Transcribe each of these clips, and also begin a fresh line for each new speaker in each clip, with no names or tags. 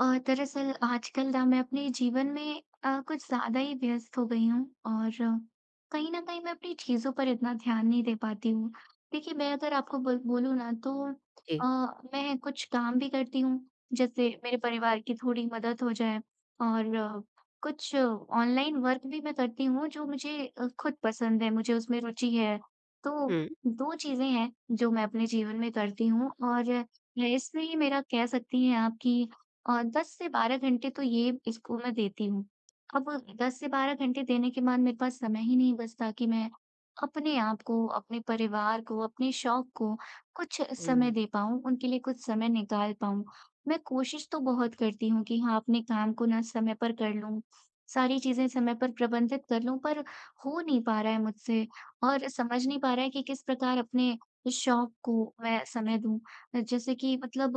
और दरअसल आजकल ना मैं अपने जीवन में कुछ ज़्यादा ही व्यस्त हो गई हूँ और कहीं न कहीं मैं अपनी चीज़ों पर इतना ध्यान नहीं दे पाती हूँ। देखिए, मैं अगर आपको बोलूँ ना तो
जी।
मैं कुछ काम भी करती हूँ, जैसे मेरे परिवार की थोड़ी मदद हो जाए और कुछ ऑनलाइन वर्क भी मैं करती हूँ जो मुझे खुद पसंद है, मुझे उसमें रुचि है। तो
हुँ,
2 चीज़ें हैं जो मैं अपने जीवन में करती हूँ और इसमें ही मेरा कह सकती हैं आप कि और 10 से 12 घंटे तो ये इसको मैं देती हूँ। अब 10 से 12 घंटे देने के बाद मेरे पास समय ही नहीं बचता कि मैं अपने आप को, अपने परिवार को, अपने शौक को कुछ समय
हुँ,
दे पाऊँ, उनके लिए कुछ समय निकाल पाऊँ। मैं कोशिश तो बहुत करती हूँ कि हाँ, अपने काम को ना समय पर कर लूँ, सारी चीज़ें समय पर प्रबंधित कर लूँ, पर हो नहीं पा रहा है मुझसे और समझ नहीं पा रहा है कि किस प्रकार अपने शौक को मैं समय दूँ। जैसे कि मतलब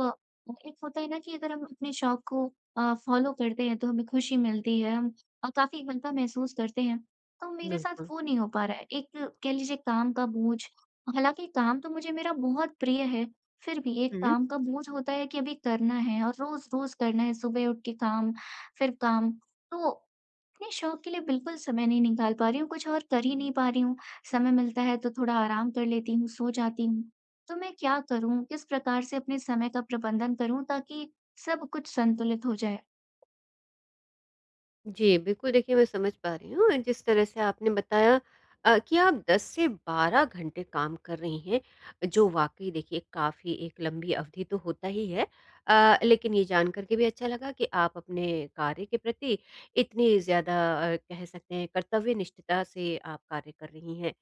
एक होता है ना कि अगर हम अपने शौक को फ़ॉलो करते हैं तो हमें खुशी मिलती है, हम काफ़ी हल्का महसूस करते हैं। तो मेरे साथ
बिल्कुल।
वो नहीं हो पा रहा है। एक कह लीजिए काम का बोझ, हालाँकि काम तो मुझे मेरा बहुत प्रिय है, फिर भी एक
हुँ,
काम का बोझ होता है कि अभी करना है और रोज़-रोज़ करना है, सुबह उठ के काम, फिर काम। तो अपने शौक के लिए बिल्कुल समय नहीं निकाल पा रही हूँ, कुछ और कर ही नहीं पा रही हूँ। समय मिलता है तो थोड़ा आराम कर लेती हूँ, सो जाती हूँ। तो मैं क्या करूँ? किस प्रकार से अपने समय का प्रबंधन करूँ ताकि सब कुछ संतुलित हो जाए?
जी, बिल्कुल देखिए मैं समझ पा रही हूँ और जिस तरह से आपने बताया कि आप 10 से 12 घंटे काम कर रही हैं, जो वाक़ई देखिए काफ़ी एक लंबी अवधि तो होता ही है। लेकिन ये जान कर के भी अच्छा लगा कि आप अपने कार्य के प्रति इतनी ज़्यादा कह सकते हैं कर्तव्य निष्ठता से आप कार्य कर रही हैं।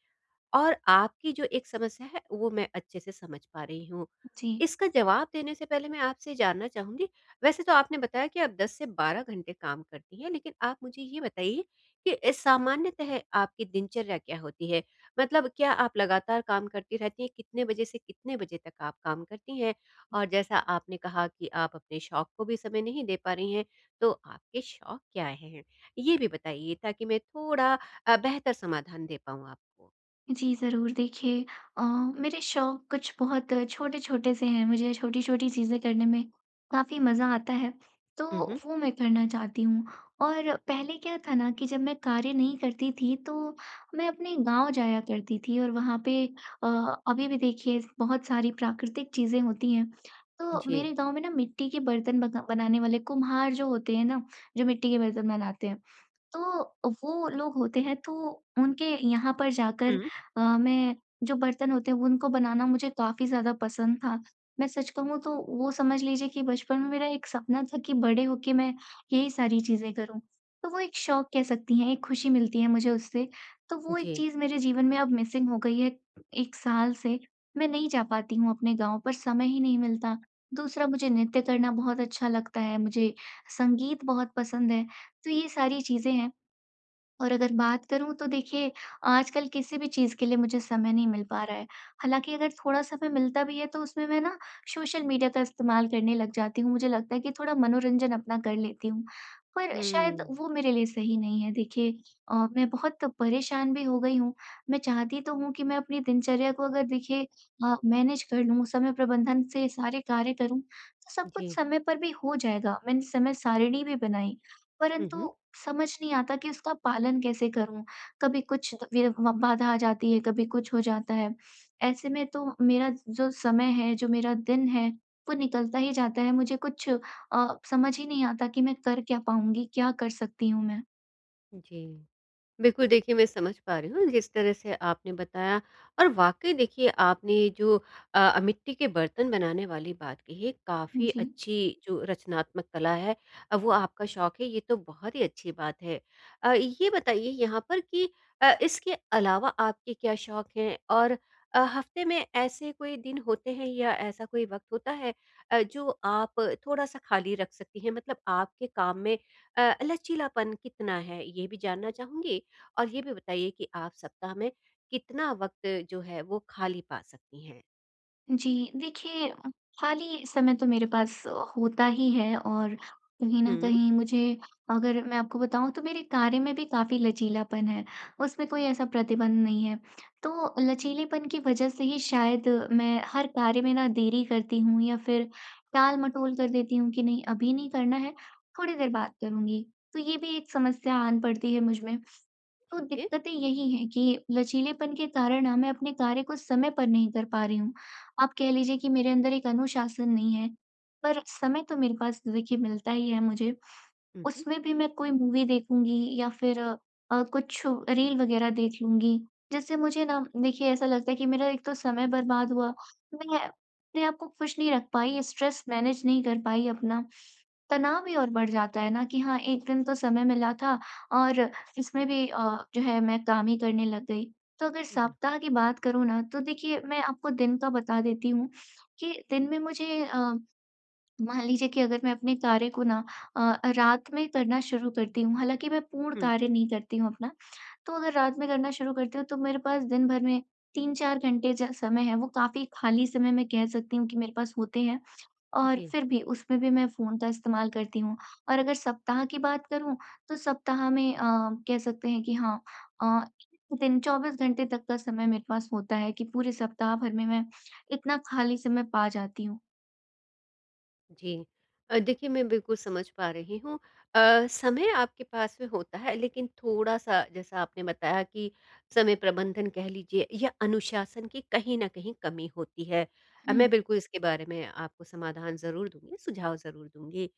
और आपकी जो एक समस्या है वो मैं अच्छे से समझ पा रही हूँ।
जी।
इसका जवाब देने से पहले मैं आपसे जानना चाहूँगी, वैसे तो आपने बताया कि आप 10 से 12 घंटे काम करती हैं, लेकिन आप मुझे ये बताइए कि सामान्यतः आपकी दिनचर्या क्या होती है? मतलब क्या आप लगातार काम करती रहती हैं? कितने बजे से कितने बजे तक आप काम करती हैं? और जैसा आपने कहा कि आप अपने शौक को भी समय नहीं दे पा रही हैं, तो आपके शौक क्या हैं? ये भी बताइए ताकि मैं थोड़ा बेहतर समाधान दे पाऊँ आपको।
जी, ज़रूर। देखिए अ, मेरे शौक कुछ बहुत छोटे-छोटे से हैं, मुझे छोटी-छोटी चीज़ें करने में काफ़ी मज़ा आता है, तो
उहुँ।
वो मैं करना चाहती हूँ। और पहले क्या था ना कि जब मैं कार्य नहीं करती थी, तो मैं अपने गाँव जाया करती थी और वहाँ पे अ, अभी भी देखिए बहुत सारी प्राकृतिक चीज़ें होती हैं। तो
जी।
मेरे गाँव में ना मिट्टी के बर्तन बनाने वाले कुम्हार जो होते हैं ना, जो मिट्टी के बर्तन बनाते हैं। तो वो लोग होते हैं तो उनके यहाँ पर जाकर
हुँ।
मैं जो बर्तन होते हैं वो उनको बनाना मुझे काफ़ी ज़्यादा पसंद था। मैं सच कहूँ तो वो समझ लीजिए कि बचपन में मेरा एक सपना था कि बड़े होके मैं यही सारी चीज़ें करूँ। तो वो एक शौक कह सकती हैं, एक खुशी मिलती है मुझे उससे। तो वो एक
जी।
चीज़ मेरे जीवन में अब मिसिंग हो गई है 1 साल से। मैं नहीं जा पाती हूँ अपने गाँव पर, समय ही नहीं मिलता। दूसरा मुझे नृत्य करना बहुत अच्छा लगता है, मुझे संगीत बहुत पसंद है। तो ये सारी चीज़ें हैं। और अगर बात करूँ तो देखिए, आजकल किसी भी चीज़ के लिए मुझे समय नहीं मिल पा रहा है। हालाँकि अगर थोड़ा समय मिलता भी है तो उसमें मैं ना सोशल मीडिया का इस्तेमाल करने लग जाती हूँ। मुझे लगता है कि थोड़ा मनोरंजन अपना कर लेती हूँ, पर शायद
हुँ।
वो मेरे लिए सही नहीं है। देखिए मैं बहुत परेशान भी हो गई हूँ। मैं चाहती तो हूँ कि मैं अपनी दिनचर्या को अगर देखिए मैनेज कर लूँ, समय प्रबंधन से सारे कार्य करूँ, तो सब कुछ
जी।
समय पर भी हो जाएगा। मैंने समय सारिणी भी बनाई
हुँ, हुँ।
परंतु समझ नहीं आता कि उसका पालन कैसे करूँ? कभी कुछ द- वे व बाधा आ जाती है, कभी कुछ हो जाता है। ऐसे में तो मेरा जो समय है, जो मेरा दिन है, वो निकलता ही जाता है। मुझे कुछ समझ ही नहीं आता कि मैं कर क्या पाऊँगी? क्या कर सकती हूँ मैं?
जी। बिल्कुल देखिए मैं समझ पा रही हूँ जिस तरह से आपने बताया और वाकई देखिए आपने जो मिट्टी के बर्तन बनाने वाली बात कही है काफ़ी
जी।
अच्छी जो रचनात्मक कला है। वो आपका शौक है ये तो बहुत ही अच्छी बात है। ये बताइए यहाँ पर कि इसके अलावा आपके क्या शौक हैं और हफ्ते में ऐसे कोई दिन होते हैं या ऐसा कोई वक्त होता है जो आप थोड़ा सा खाली रख सकती हैं, मतलब आपके काम में लचीलापन कितना है ये भी जानना चाहूंगी। और ये भी बताइए कि आप सप्ताह में कितना वक्त जो है वो खाली पा सकती हैं?
जी, देखिए खाली समय तो मेरे पास होता ही है और कहीं न
हुँ,
कहीं मुझे अगर मैं आपको बताऊँ तो मेरे कार्य में भी काफ़ी लचीलापन है, उसमें कोई ऐसा प्रतिबंध नहीं है। तो लचीलेपन की वज़ह से ही शायद मैं हर कार्य में ना देरी करती हूँ या फिर टाल-मटोल कर देती हूँ कि नहीं अभी नहीं करना है, थोड़ी देर बाद करूँगी। तो ये भी एक समस्या आन पड़ती है मुझ में। तो
ठीक है।
दिक्कतें यही हैं कि लचीलेपन के कारण ना मैं अपने कार्य को समय पर नहीं कर पा रही हूँ। आप कह लीजिए कि मेरे अंदर एक अनुशासन नहीं है, पर समय तो मेरे पास देखिए मिलता ही है मुझे।
हुँ, हुँ,
उसमें भी मैं कोई मूवी देखूँगी या फिर कुछ रील वगैरह देख लूँगी, जिससे मुझे ना देखिए ऐसा लगता है कि मेरा एक तो समय बर्बाद हुआ, मैं अपने आप को खुश नहीं रख पाई, स्ट्रेस मैनेज नहीं कर पाई अपना। तनाव भी और बढ़ जाता है ना कि हाँ, एक दिन तो समय मिला था और इसमें भी जो है मैं काम ही करने लग गई। तो अगर
बिल्कुल
सप्ताह की बात करूँ ना तो देखिए मैं आपको दिन का बता देती हूँ कि दिन में मुझे मान लीजिए कि अगर मैं अपने कार्य को ना रात में करना शुरू करती हूँ, हालाँकि मैं पूर्ण
हुँ।
कार्य नहीं करती हूँ अपना। तो अगर रात में करना शुरू करती हूँ तो मेरे पास दिन भर में 3-4 घंटे ज समय है वो काफ़ी खाली समय मैं कह सकती हूँ कि मेरे पास होते हैं। और
जी।
फिर भी उसमें भी मैं फ़ोन का इस्तेमाल करती हूँ। और अगर सप्ताह की बात करूँ, तो सप्ताह में कह सकते हैं कि हाँ, अ, एक दिन 24 घंटे तक का समय मेरे पास होता है कि पूरे सप्ताह भर में मैं इतना खाली समय पा जाती हूँ।
जी। देखिए मैं बिल्कुल समझ पा रही हूँ। समय आपके पास में होता है, लेकिन थोड़ा-सा जैसा आपने बताया कि समय प्रबंधन कह लीजिए या अनुशासन की कहीं न कहीं कमी होती है।
हुँ,
मैं बिल्कुल इसके बारे में आपको समाधान ज़रूर दूँगी, सुझाव ज़रूर दूँगी।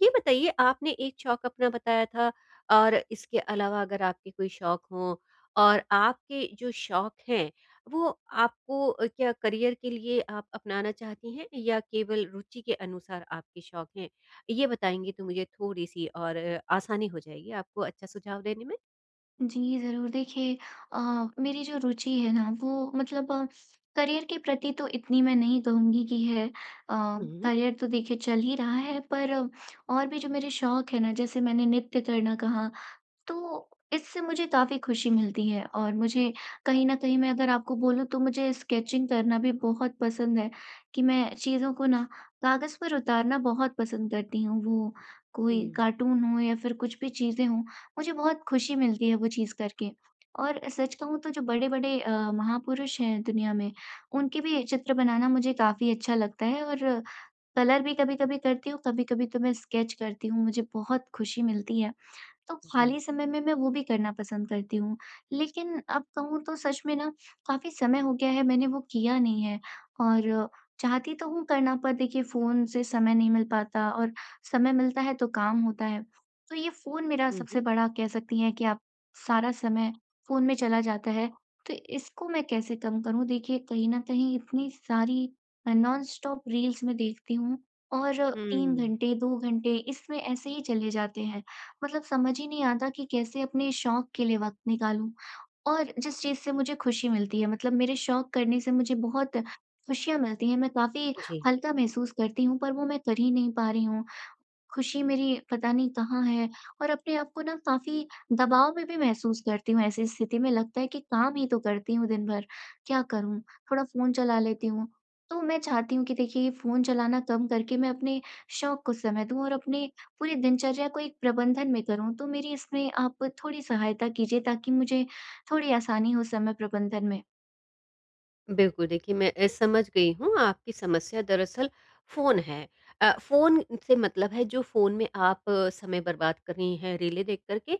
ये बताइए आपने एक शौक अपना बताया था और इसके अलावा अगर आपके कोई शौक हों और आपके जो शौक हैं वो आपको क्या करियर के लिए आप अपनाना चाहती हैं या केवल रुचि के अनुसार आपके शौक हैं? ये बताएँगी तो मुझे थोड़ी-सी और आसानी हो जाएगी आपको अच्छा सुझाव देने में।
जी ज़रूर। देखिए अ, मेरी जो रुचि है ना वो मतलब करियर के प्रति तो इतनी मैं नहीं कहूँगी कि है
हुँ, हुँ,
करियर तो देखिए चल ही रहा है पर और भी जो मेरे शौक है ना जैसे मैंने नृत्य करना कहा तो इससे मुझे काफ़ी खुशी मिलती है और मुझे कहीं न कहीं मैं अगर आपको बोलूँ तो मुझे स्केचिंग करना भी बहुत पसंद है कि मैं चीज़ों को ना कागज़ पर उतारना बहुत पसंद करती हूँ। वो कोई
हुँ।
कार्टून हो या फिर कुछ भी चीज़ें हों, मुझे बहुत खुशी मिलती है वो चीज़ करके। और सच कहूँ तो जो बड़े-बड़े महापुरुष हैं दुनिया में, उनके भी चित्र बनाना मुझे काफ़ी अच्छा लगता है और कलर भी कभी-कभी करती हूँ, कभी-कभी तो मैं स्केच करती हूँ, मुझे बहुत खुशी मिलती है। तो
जी।
खाली समय में मैं वो भी करना पसंद करती हूँ। लेकिन अब कहूँ तो सच में ना काफ़ी समय हो गया है मैंने वो किया नहीं है और चाहती तो हूँ करना पर देखिए फ़ोन से समय नहीं मिल पाता और समय मिलता है तो काम होता है। तो ये फ़ोन मेरा
हुँ,
सबसे
हुँ।
बड़ा कह सकती हैं कि आप सारा समय फ़ोन में चला जाता है। तो इसको मैं कैसे कम करूँ? देखिए कहीं न कहीं इतनी सारी नॉनस्टॉप रील्स मैं देखती हूँ और 3
हुँ।
घंटे, 2 घंटे इसमें ऐसे ही चले जाते हैं। मतलब समझ ही नहीं आता कि कैसे अपने शौक के लिए वक़्त निकालूँ और जिस चीज़ से मुझे खुशी मिलती है। मतलब मेरे शौक करने से मुझे बहुत खुशियाँ मिलती हैं, मैं काफ़ी
जी।
हल्का महसूस करती हूँ, पर वो मैं कर ही नहीं पा रही हूँ। खुशी मेरी पता नहीं कहाँ है और अपने आप को ना काफ़ी दबाव में भी महसूस करती हूँ। ऐसी स्थिति में लगता है कि काम ही तो करती हूँ दिन भर, क्या करूँ? थोड़ा फ़ोन चला लेती हूँ। तो मैं चाहती हूँ कि देखिए ये फ़ोन चलाना कम करके मैं अपने शौक को समय दूँ और अपने पूरी दिनचर्या को एक प्रबंधन में करूँ। तो मेरी इसमें आप थोड़ी सहायता कीजिए ताकि मुझे थोड़ी आसानी हो समय प्रबंधन में।
बिल्कुल, देखिए मैं समझ गई हूँ आपकी समस्या दरअसल फ़ोन है। फ़ोन से मतलब है जो फ़ोन में आप समय बर्बाद कर रही हैं रीलें देख कर के,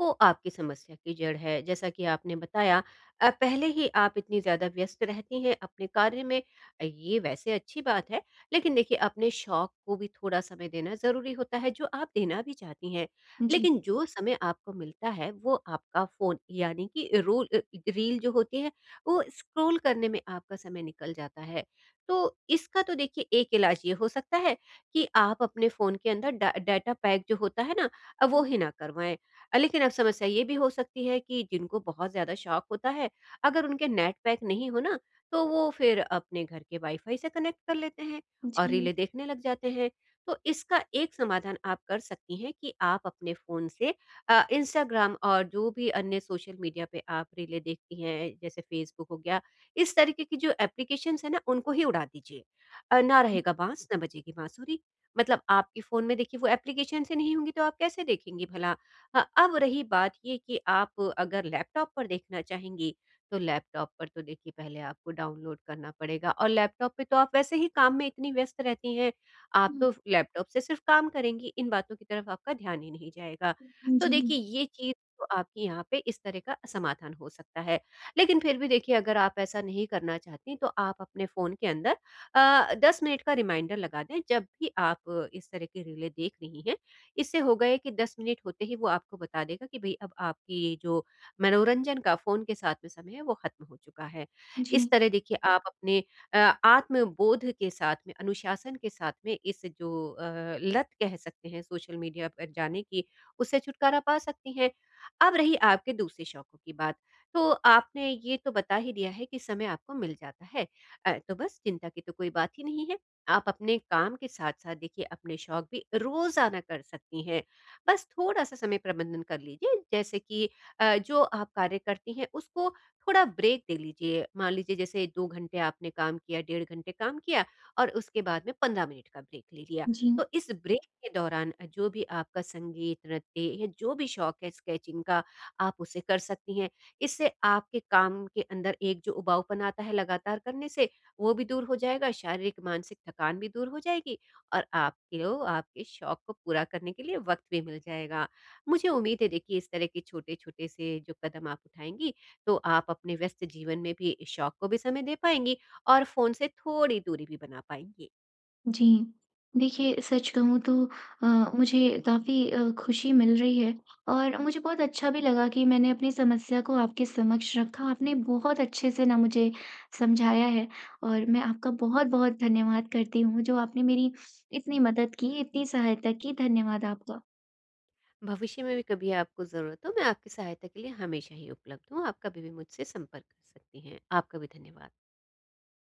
वो आपकी समस्या की जड़ है। जैसा कि आपने बताया पहले ही आप इतनी ज़्यादा व्यस्त रहती हैं अपने कार्य में, ये वैसे अच्छी बात है, लेकिन देखिए अपने शौक को भी थोड़ा समय देना ज़रूरी होता है जो आप देना भी चाहती हैं।
जी।
लेकिन जो समय आपको मिलता है वो आपका फ़ोन यानी कि रील जो होती है वो स्क्रॉल करने में आपका समय निकल जाता है। तो इसका तो देखिए एक इलाज ये हो सकता है कि आप अपने फ़ोन के अंदर डा डाटा पैक जो होता है ना, वो ही ना करवाएँ। लेकिन अब समस्या ये भी हो सकती है कि जिनको बहुत ज़्यादा शौक होता है, अगर उनके नेट पैक नहीं हो ना, तो वो फिर अपने घर के वाईफ़ाई से कनेक्ट कर लेते हैं और
जी,
रीलें देखने लग जाते हैं। तो इसका एक समाधान आप कर सकती हैं कि आप अपने फ़ोन से इंस्टाग्राम और जो भी अन्य सोशल मीडिया पे आप रीलें देखती हैं, जैसे फ़ेसबुक हो गया, इस तरीके की जो एप्लीकेशंस हैं ना, उनको ही उड़ा दीजिए। ना
जी।
रहेगा बाँस, ना बजेगी बाँसुरी। मतलब आपके फ़ोन में देखिए वो एप्लीकेशंस ही नहीं होंगी तो आप कैसे देखेंगी भला? अब रही बात ये कि आप अगर लैपटॉप पर देखना चाहेंगी, तो लैपटॉप पर तो देखिए पहले आपको डाउनलोड करना पड़ेगा और लैपटॉप पे तो आप वैसे ही काम में इतनी व्यस्त रहती हैं, आप
हुँ,
तो लैपटॉप से सिर्फ़ काम करेंगी, इन बातों की तरफ आपका ध्यान ही नहीं जाएगा। तो
जी,
देखिए ये चीज़ तो आपकी यहाँ पे इस तरह का समाधान हो सकता है। लेकिन फिर भी देखिए अगर आप ऐसा नहीं करना चाहतीं तो आप अपने फ़ोन के अंदर 10 मिनट का रिमाइंडर लगा दें जब भी आप इस तरह की रीलें देख रही हैं। इससे होगा ये कि 10 मिनट होते ही वो आपको बता देगा कि भई अब आपकी जो मनोरंजन का फ़ोन के साथ में समय है वो ख़त्म हो चुका है। इस
जी,
तरह देखिए आप अपने अ, आत्मबोध के साथ में, अनुशासन के साथ में इस जो लत कह सकते हैं सोशल मीडिया पर जाने की, उससे छुटकारा पा सकती हैं। अब रही आपके दूसरे शौकों की बात, तो आपने ये तो बता ही दिया है कि समय आपको मिल जाता है। तो बस चिंता की तो कोई बात ही नहीं है। आप अपने काम के साथ-साथ देखिए अपने शौक भी रोज़ाना कर सकती हैं। बस थोड़ा-सा समय प्रबंधन कर लीजिए, जैसे कि जो आप कार्य करती हैं उसको थोड़ा ब्रेक दे लीजिए। मान लीजिए जैसे 2 घंटे आपने काम किया, डेढ़ घंटे काम किया और उसके बाद में 15 मिनट का ब्रेक ले लिया।
जी।
तो इस ब्रेक के दौरान जो भी आपका संगीत, नृत्य या जो भी शौक है स्केचिंग का, आप उसे कर सकती हैं। इससे आपके काम के अंदर एक जो उबाऊपन आता है लगातार करने से, वो भी दूर हो जाएगा, शारीरिक, मानसिक थकान भी दूर हो जाएगी और आपके ओ आपके शौक को पूरा करने के लिए वक़्त भी मिल जाएगा। मुझे उम्मीद है देखिए इस तरह के छोटे-छोटे से जो कदम आप उठाएँगी, तो आप अपने व्यस्त जीवन में भी शौक को भी समय दे पाएँगी और फ़ोन से थोड़ी दूरी भी बना पाएँगी।
जी। देखिए, सच कहूँ तो अ, मुझे काफ़ी खुशी मिल रही है और मुझे बहुत अच्छा भी लगा कि मैंने अपनी समस्या को आपके समक्ष रखा। आपने बहुत अच्छे से ना मुझे समझाया है और मैं आपका बहुत-बहुत धन्यवाद करती हूँ, जो आपने मेरी इतनी मदद की, इतनी सहायता की। धन्यवाद आपका।
भविष्य में भी कभी आपको ज़रूरत हो, मैं आपकी सहायता के लिए हमेशा ही उपलब्ध हूँ। आप कभी भी मुझसे संपर्क कर सकती हैं। आपका भी धन्यवाद।